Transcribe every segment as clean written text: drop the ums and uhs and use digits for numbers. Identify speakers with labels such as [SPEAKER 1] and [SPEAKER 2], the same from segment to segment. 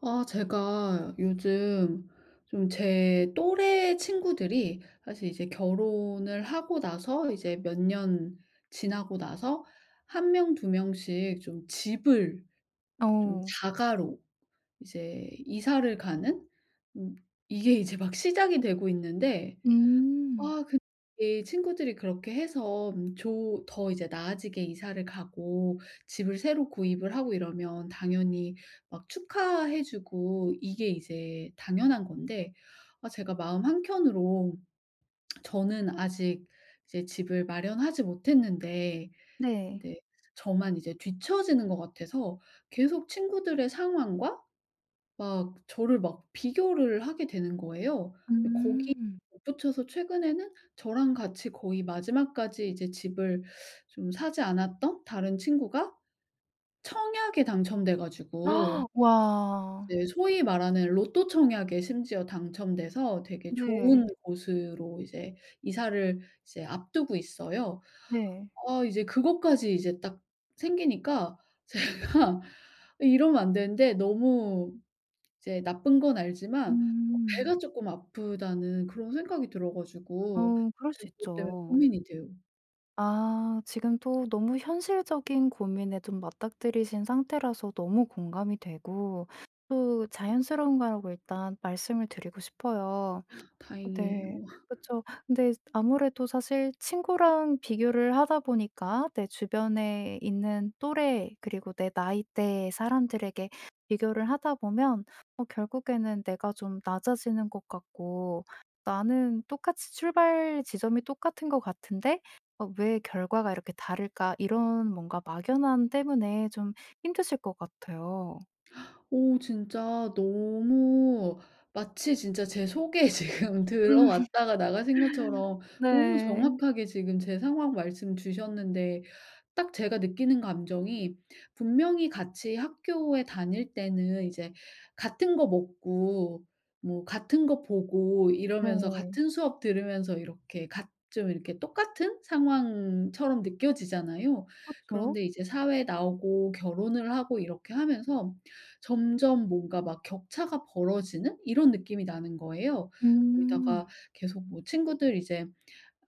[SPEAKER 1] 아 제가 요즘 좀 제 또래 친구들이 사실 이제 결혼을 하고 나서 이제 몇 년 지나고 나서 한 명 두 명씩 좀 집을 좀
[SPEAKER 2] 어.
[SPEAKER 1] 자가로 이제 이사를 가는 음 이게 이제 막 시작이 되고 있는데,
[SPEAKER 2] 음.
[SPEAKER 1] 아 근데 이게 친구들이 그렇게 해서 조 더 이제 나아지게 이사를 가고 집을 새로 구입을 하고 이러면 당연히 막 축하해 주고 이게 이제 당연한 건데, 아 제가 마음 한켠으로 저는 아직 이제 집을 마련하지 못했는데,
[SPEAKER 2] 네.
[SPEAKER 1] 근데 저만 이제 뒤처지는 것 같아서 계속 친구들의 상황과 막 저를 막 비교를 하게 되는 거예요. 근데 거기에
[SPEAKER 2] 음.
[SPEAKER 1] 못 붙여서 최근에는 저랑 같이 거의 마지막까지 이제 집을 좀 사지 않았던 다른 친구가 청약에 당첨돼 가지고,
[SPEAKER 2] 와.
[SPEAKER 1] 이제 소위 말하는 로또 청약에 심지어 당첨돼서 되게
[SPEAKER 2] 네.
[SPEAKER 1] 좋은 곳으로 이제 이사를 이제 앞두고 있어요.
[SPEAKER 2] 네.
[SPEAKER 1] 아 이제 그것까지 이제 딱 생기니까 제가 이러면 안 되는데 너무 이제 나쁜 건 알지만 어
[SPEAKER 2] 음.
[SPEAKER 1] '배가 쪼끔 아프다.'는 그런 생각이 들어 가지고.
[SPEAKER 2] 어, 그럴
[SPEAKER 1] 네,
[SPEAKER 2] 수
[SPEAKER 1] 그것 때문에
[SPEAKER 2] 있죠.
[SPEAKER 1] 고민이 돼요.
[SPEAKER 2] 아, 지금 또 너무 현실적인 고민에 좀 맞닥뜨리신 상태라서 너무 공감이 되고, 또 자연스러운 거라고 일단 말씀을 드리고 싶어요.
[SPEAKER 1] 다행이에요.
[SPEAKER 2] 네. 그쵸. 근데 아무래도 사실 친구랑 비교를 하다 보니까 내 주변에 있는 또래, 그리고 내 나이대의 사람들에게 비교를 하다 보면 결국에는 내가 좀 낮아지는 것 같고, '나는 똑같이 출발 지점이 똑같은 것 같은데 왜 결과가 이렇게 다를까?' 이런 뭔가 막연함 때문에 좀 힘드실 것 같아요.
[SPEAKER 1] 오 진짜 너무, 마치 진짜 제 속에 지금
[SPEAKER 2] 음
[SPEAKER 1] 들어왔다가 나가신 것처럼 너무
[SPEAKER 2] 네.
[SPEAKER 1] 정확하게 지금 제 상황 말씀 주셨는데, 딱 제가 느끼는 감정이, 분명히 같이 학교에 다닐 때는 이제 같은 거 먹고 뭐 같은 거 보고 이러면서
[SPEAKER 2] 네.
[SPEAKER 1] 같은 수업 들으면서 이렇게 같 좀 이렇게 똑같은 상황처럼 느껴지잖아요.
[SPEAKER 2] 그쵸.
[SPEAKER 1] 그런데 이제 사회 나오고 결혼을 하고 이렇게 하면서 점점 뭔가 막 격차가 벌어지는 이런 느낌이 나는 거예요. 거기다가
[SPEAKER 2] 음.
[SPEAKER 1] 계속 뭐 친구들 이제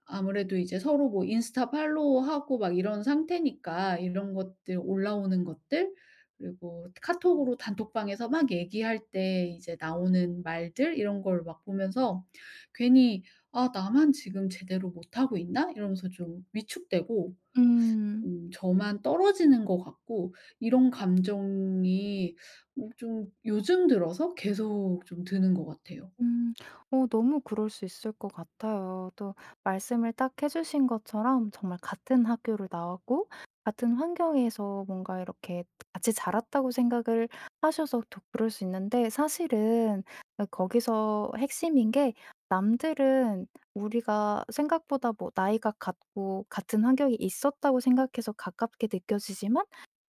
[SPEAKER 1] 아무래도 이제 서로 뭐 인스타 팔로우하고 막 이런 상태니까 이런 것들 올라오는 것들, 그리고 카톡으로 단톡방에서 막 얘기할 때 이제 나오는 말들 이런 걸 막 보면서 괜히 '아 나만 지금 제대로 못하고 있나?' 이러면서 좀 위축되고
[SPEAKER 2] 음.
[SPEAKER 1] 저만 떨어지는 것 같고 이런 감정이 좀 요즘 들어서 계속 좀 드는 것 같아요.
[SPEAKER 2] 음. 너무 그럴 수 있을 것 같아요. 또 말씀을 딱 해 주신 것처럼, 정말 같은 학교를 나왔고 같은 환경에서 뭔가 이렇게 같이 자랐다고 생각을 하셔서 또 그럴 수 있는데, 사실은 거기서 핵심인 게, 남들은 우리가 생각보다 뭐 나이가 같고 같은 환경이 있었다고 생각해서 가깝게 느껴지지만,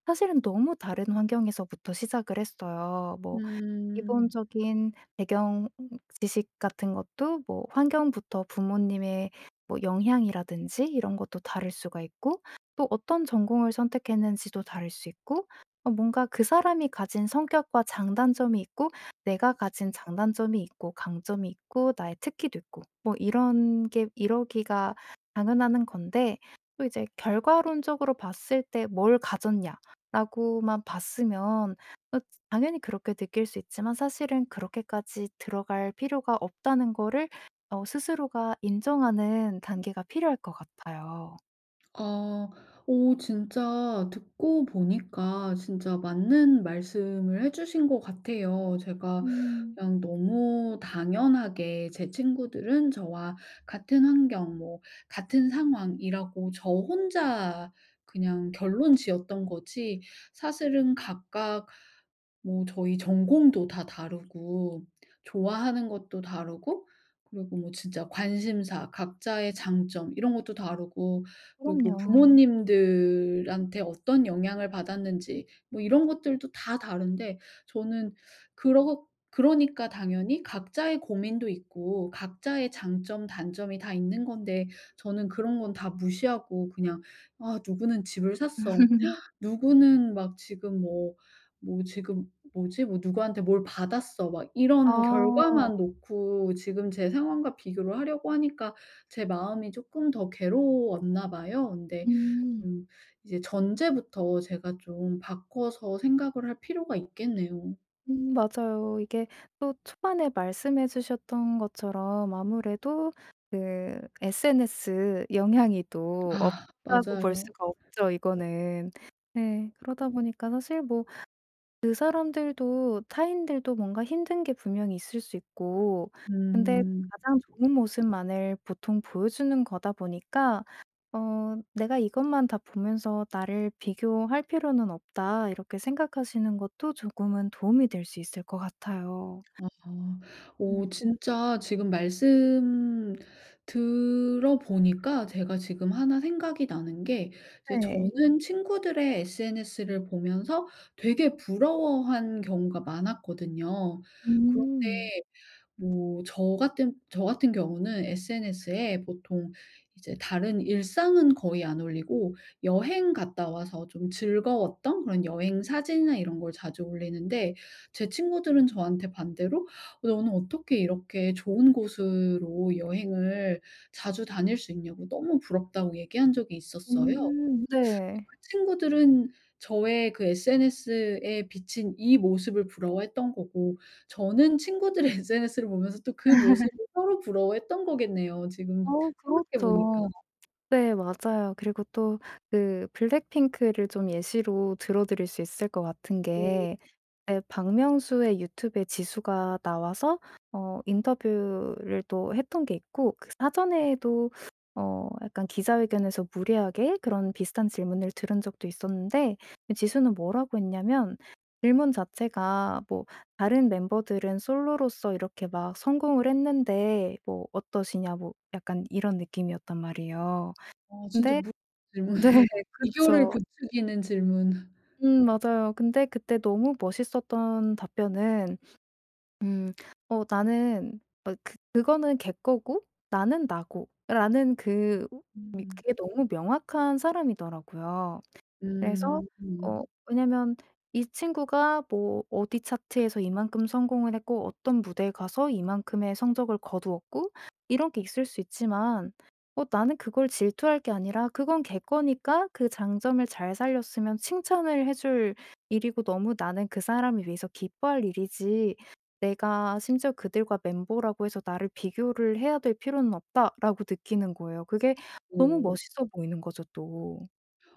[SPEAKER 2] 사실은 너무 다른 환경에서부터 시작을 했어요. 뭐
[SPEAKER 1] 음.
[SPEAKER 2] 기본적인 배경 지식 같은 것도, 뭐 환경부터 부모님의 뭐 영향이라든지 이런 것도 다를 수가 있고, 또 어떤 전공을 선택했는지도 다를 수 있고, 뭔가 그 사람이 가진 성격과 장단점이 있고, 내가 가진 장단점이 있고, 강점이 있고, 나의 특기도 있고, 뭐 이런 게 이러기가 당연하는 건데. 또 이제 결과론적으로 봤을 때 '뭘 가졌냐.'라고만 봤으면 당연히 그렇게 느낄 수 있지만, 사실은 그렇게까지 들어갈 필요가 없다는 거를 스스로가 인정하는 단계가 필요할 것 같아요.
[SPEAKER 1] 아. 오 진짜 듣고 보니까 진짜 맞는 말씀을 해 주신 것 같아요. 제가
[SPEAKER 2] 음.
[SPEAKER 1] 그냥 너무 당연하게 제 친구들은 저와 같은 환경 뭐 같은 상황이라고 저 혼자 그냥 결론 지었던 거지, 사실은 각각 뭐 저희 전공도 다 다르고 좋아하는 것도 다르고, 그리고 뭐 진짜 관심사 각자의 장점 이런 것도 다르고, 그리고
[SPEAKER 2] 그럼요.
[SPEAKER 1] 부모님들한테 어떤 영향을 받았는지 뭐 이런 것들도 다 다른데, 저는 그러 그러니까 당연히 각자의 고민도 있고 각자의 장점, 단점이 다 있는 건데, 저는 그런 건 다 무시하고 그냥 '아, 누구는 집을 샀어. 누구는 막 지금 뭐 뭐 지금 뭐지? 뭐 누구한테 뭘 받았어.' 막 이런
[SPEAKER 2] 어.
[SPEAKER 1] 결과만 놓고 지금 제 상황과 비교를 하려고 하니까 제 마음이 조금 더 괴로웠나 봐요. 근데
[SPEAKER 2] 음.
[SPEAKER 1] 좀 이제 전제부터 제가 좀 바꿔서 생각을 할 필요가 있겠네요.
[SPEAKER 2] 음, 맞아요. 이게 또 초반에 말씀해 주셨던 것처럼 아무래도 그 SNS 영향이 또
[SPEAKER 1] 아
[SPEAKER 2] 없다고 볼
[SPEAKER 1] 맞아요.
[SPEAKER 2] 수가 없죠, 이거는. 네. 그러다 보니까 사실 뭐 그 사람들도, 타인들도 뭔가 힘든 게 분명히 있을 수 있고, 근데
[SPEAKER 1] 음.
[SPEAKER 2] 가장 좋은 모습만을 보통 보여주는 거다 보니까, 어 '내가 이것만 다 보면서 나를 비교할 필요는 없다.' 이렇게 생각하시는 것도 조금은 도움이 될 수 있을 것 같아요.
[SPEAKER 1] 아. 오
[SPEAKER 2] 음.
[SPEAKER 1] 진짜 지금 말씀 들어보니까 제가 지금 하나 생각이 나는 게, 이제
[SPEAKER 2] 네.
[SPEAKER 1] 저는 친구들의 SNS를 보면서 되게 부러워한 경우가 많았거든요.
[SPEAKER 2] 음.
[SPEAKER 1] 그런데 뭐 저 같은 경우는 SNS에 보통 이제 다른 일상은 거의 안 올리고, 여행 갔다 와서 좀 즐거웠던 그런 여행 사진이나 이런 걸 자주 올리는데, 제 친구들은 저한테 반대로 "어, 너는 어떻게 이렇게 좋은 곳으로 여행을 자주 다닐 수 있냐?"고 너무 부럽다고 얘기한 적이 있었어요.
[SPEAKER 2] 음, 네.
[SPEAKER 1] 친구들은 저의 그 SNS에 비친 이 모습을 부러워했던 거고, 저는 친구들의 SNS를 보면서 또 그 모습을 서로 부러워했던 거겠네요, 지금
[SPEAKER 2] 어,
[SPEAKER 1] 생각해 보니까.
[SPEAKER 2] 그렇죠. 네, 맞아요. 그리고 또 그 블랙핑크를 좀 예시로 들어 드릴 수 있을 것 같은
[SPEAKER 1] 오.
[SPEAKER 2] 게, 네, 박명수의 유튜브에 지수가 나와서 인터뷰를 또 했던 게 있고, 그 사전에도 약간 기자회견에서 무례하게 그런 비슷한 질문을 들은 적도 있었는데, 지수는 뭐라고 했냐면 질문 자체가 뭐 "다른 멤버들은 솔로로서 이렇게 막 성공을 했는데 뭐 어떠시냐?" 뭐 약간 이런 느낌이었단 말이에요.
[SPEAKER 1] 아 진짜
[SPEAKER 2] 근데
[SPEAKER 1] 무슨 질문이네요.
[SPEAKER 2] 네.
[SPEAKER 1] 비교를
[SPEAKER 2] 그쵸.
[SPEAKER 1] 부추기는 질문.
[SPEAKER 2] 음, 맞아요. 근데 그때 너무 멋있었던 답변은 음. 어, 나는 그거는 걔 거고, 나는 나고 라는 그 미
[SPEAKER 1] 음.
[SPEAKER 2] 그게 너무 명확한 사람이더라고요. 그래서
[SPEAKER 1] 음.
[SPEAKER 2] 어,
[SPEAKER 1] 음.
[SPEAKER 2] 왜냐면 이 친구가 뭐 어디 차트에서 이만큼 성공을 했고, 어떤 무대에 가서 이만큼의 성적을 거두었고 이런 게 있을 수 있지만, 나는 그걸 질투할 게 아니라 그건 걔 거니까 그 장점을 잘 살렸으면 칭찬을 해줄 일이고, 너무 나는 그 사람을 위해서 기뻐할 일이지 내가 심지어 그들과 멤버라고 해서 나를 비교를 해야 될 필요는 없다.'라고 느끼는 거예요. 그게 너무
[SPEAKER 1] 어.
[SPEAKER 2] 멋있어 보이는 거죠 또.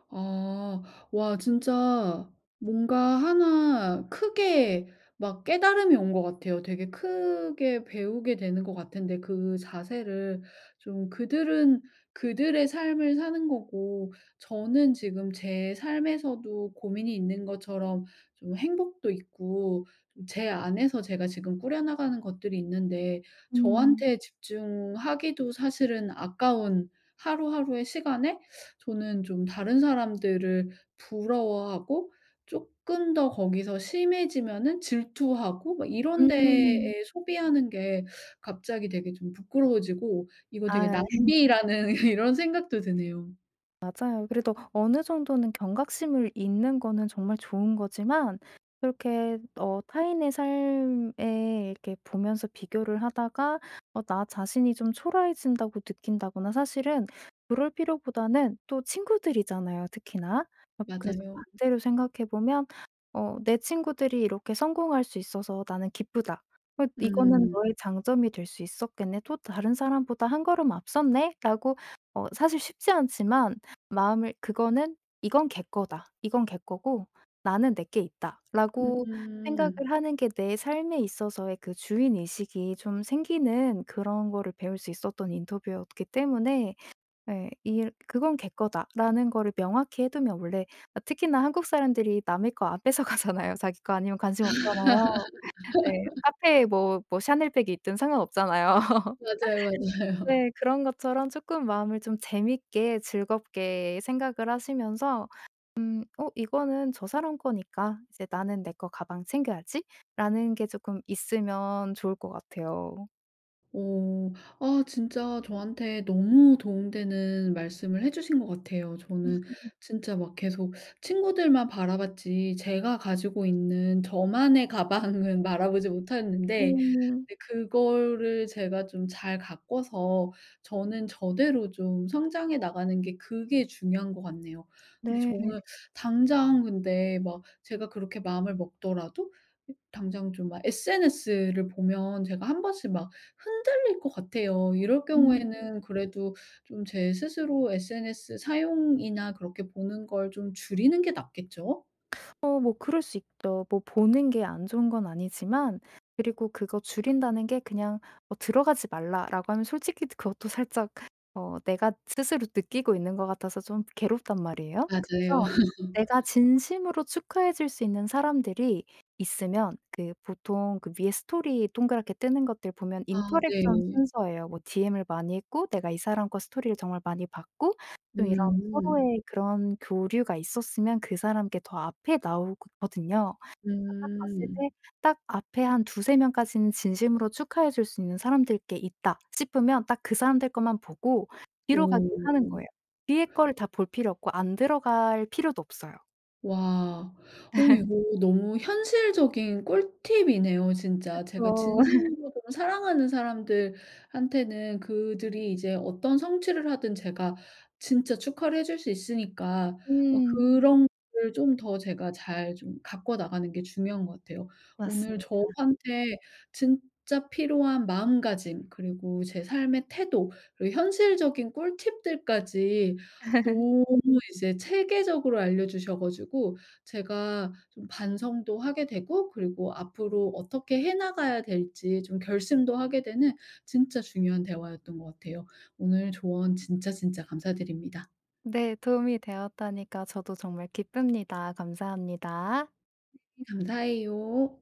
[SPEAKER 1] 아. 와 진짜, 뭔가 하나 크게 막 깨달음이 온 것 같아요. 되게 크게 배우게 되는 것 같은데, 그 자세를 좀. 그들은 그들의 삶을 사는 거고 저는 지금 제 삶에서도 고민이 있는 것처럼 좀 행복도 있고 제 안에서 제가 지금 꾸려나가는 것들이 있는데,
[SPEAKER 2] 음.
[SPEAKER 1] 저한테 집중하기도 사실은 아까운 하루하루의 시간에 저는 좀 다른 사람들을 부러워하고, 조금 더 거기서 심해지면은 질투하고 막 이런 데에
[SPEAKER 2] 음.
[SPEAKER 1] 소비하는 게 갑자기 되게 좀 부끄러워지고 이거 되게
[SPEAKER 2] 아,
[SPEAKER 1] 낭비라는 이런 생각도 드네요.
[SPEAKER 2] 맞아요. 그래도 어느 정도는 경각심을 잇는 거는 정말 좋은 거지만, 그렇게 타인의 삶에 이렇게 보면서 비교를 하다가 나 자신이 좀 초라해진다고 느낀다거나, 사실은 그럴 필요보다는 또 친구들이잖아요, 특히나. 어, 그래서
[SPEAKER 1] 맞아요.
[SPEAKER 2] 반대로 생각해 보면 '내 친구들이 이렇게 성공할 수 있어서 나는 기쁘다. 어, 이거는
[SPEAKER 1] 음.
[SPEAKER 2] 너의 장점이 될 수 있었겠네. 또 다른 사람보다 한 걸음 앞섰네.'라고 사실 쉽지 않지만, 마음을 그거는 '이건 걔 거다. 이건 걔 거고 나는 내 게 있다.'라고 생각을
[SPEAKER 1] 음.
[SPEAKER 2] 하는 게, 내 삶에 있어서의 그 주인 의식이 좀 생기는 그런 거를 배울 수 있었던 인터뷰였기 때문에, 예 이 '그건 걔 거다.'라는 거를 명확히 해 두면 원래, 아 특히나 한국 사람들이 남의 거 안 뺏어 가잖아요. 자기 거 아니면 관심 없잖아요. 네. 카페에 뭐 샤넬백이 있든 상관없잖아요.
[SPEAKER 1] 맞아요, 맞아요.
[SPEAKER 2] 네. 그런 것처럼 쪼끔 마음을 좀 재밌게 즐겁게 생각을 하시면서 '어, 이거는 저 사람 거니까 이제 나는 내 거 가방 챙겨야지.'라는 게 쪼끔 있으면 좋을 것 같아요.
[SPEAKER 1] 어. 아 진짜, 저한테 너무 도움되는 말씀을 해 주신 것 같아요. 저는 진짜 막 계속 친구들만 바라봤지 제가 가지고 있는 저만의 가방은 바라보지 못했는데,
[SPEAKER 2] 음.
[SPEAKER 1] 근데 그거를 제가 좀 잘 가꿔서 저는 저대로 좀 성장해 나가는 게 그게 중요한 것 같네요. 근데
[SPEAKER 2] 네.
[SPEAKER 1] 저는, 당장 근데 막 제가 그렇게 마음을 먹더라도 당장 좀 막 SNS를 보면 제가 한 번씩 막 흔들릴 것 같아요. 이럴
[SPEAKER 2] 음.
[SPEAKER 1] 경우에는 그래도 좀 제 스스로 SNS 사용이나 그렇게 보는 걸 좀 줄이는 게 낫겠죠?
[SPEAKER 2] 어, 뭐 그럴 수 있죠. 뭐 보는 게 안 좋은 건 아니지만, 그리고 그거 줄인다는 게 그냥 "들어가지 말라."라고 하면 솔직히 그것도 살짝 내가 스스로 느끼고 있는 것 같아서 좀 괴롭단 말이에요.
[SPEAKER 1] 맞아요.
[SPEAKER 2] 그래서 내가 진심으로 축하해 줄 수 있는 사람들이 있으면, 그 보통 그 위에 스토리 동그랗게 뜨는 것들 보면
[SPEAKER 1] 아
[SPEAKER 2] 인터랙션
[SPEAKER 1] 네.
[SPEAKER 2] 순서예요. 뭐 DM을 많이 했고, 내가 이 사람 거 스토리를 정말 많이 봤고, 좀 이런
[SPEAKER 1] 음.
[SPEAKER 2] 서로의 그런 교류가 있었으면 그 사람 께 더 앞에 나오거든요.
[SPEAKER 1] 음.
[SPEAKER 2] 딱 봤을 때,
[SPEAKER 1] 음.
[SPEAKER 2] 딱 앞에 한 두세 명까지는 진심으로 축하해 줄 수 있는 사람들 께 있다 싶으면 딱 그 사람들 것만 보고 뒤로 가기를 하는
[SPEAKER 1] 오.
[SPEAKER 2] 거예요. 뒤에 거를 다 볼 필요 없고, 안 들어갈 필요도 없어요.
[SPEAKER 1] 와. 오 이거 너무 현실적인 꿀팁이네요 진짜. 제가
[SPEAKER 2] 그쵸.
[SPEAKER 1] 진심으로 좀 사랑하는 사람들한테는 그들이 이제 어떤 성취를 하든 제가 진짜 축하를 해줄 수 있으니까
[SPEAKER 2] 음.
[SPEAKER 1] 그런 거를 좀 더 제가 잘 좀 가꿔 나가는 게 중요한 것 같아요. 오늘
[SPEAKER 2] 맞습니다.
[SPEAKER 1] 저한테 진짜 필요한 마음가짐, 그리고 제 삶의 태도, 그리고 현실적인 꿀팁들까지 너무 이제 체계적으로 알려주셔 가지고 제가 좀 반성도 하게 되고, 그리고 앞으로 어떻게 해 나가야 될지 좀 결심도 하게 되는 진짜 중요한 대화였던 것 같아요. 오늘 조언 진짜 진짜 감사드립니다.
[SPEAKER 2] 네. 도움이 되었다니까 저도 정말 기쁩니다. 감사합니다.
[SPEAKER 1] 네, 감사해요.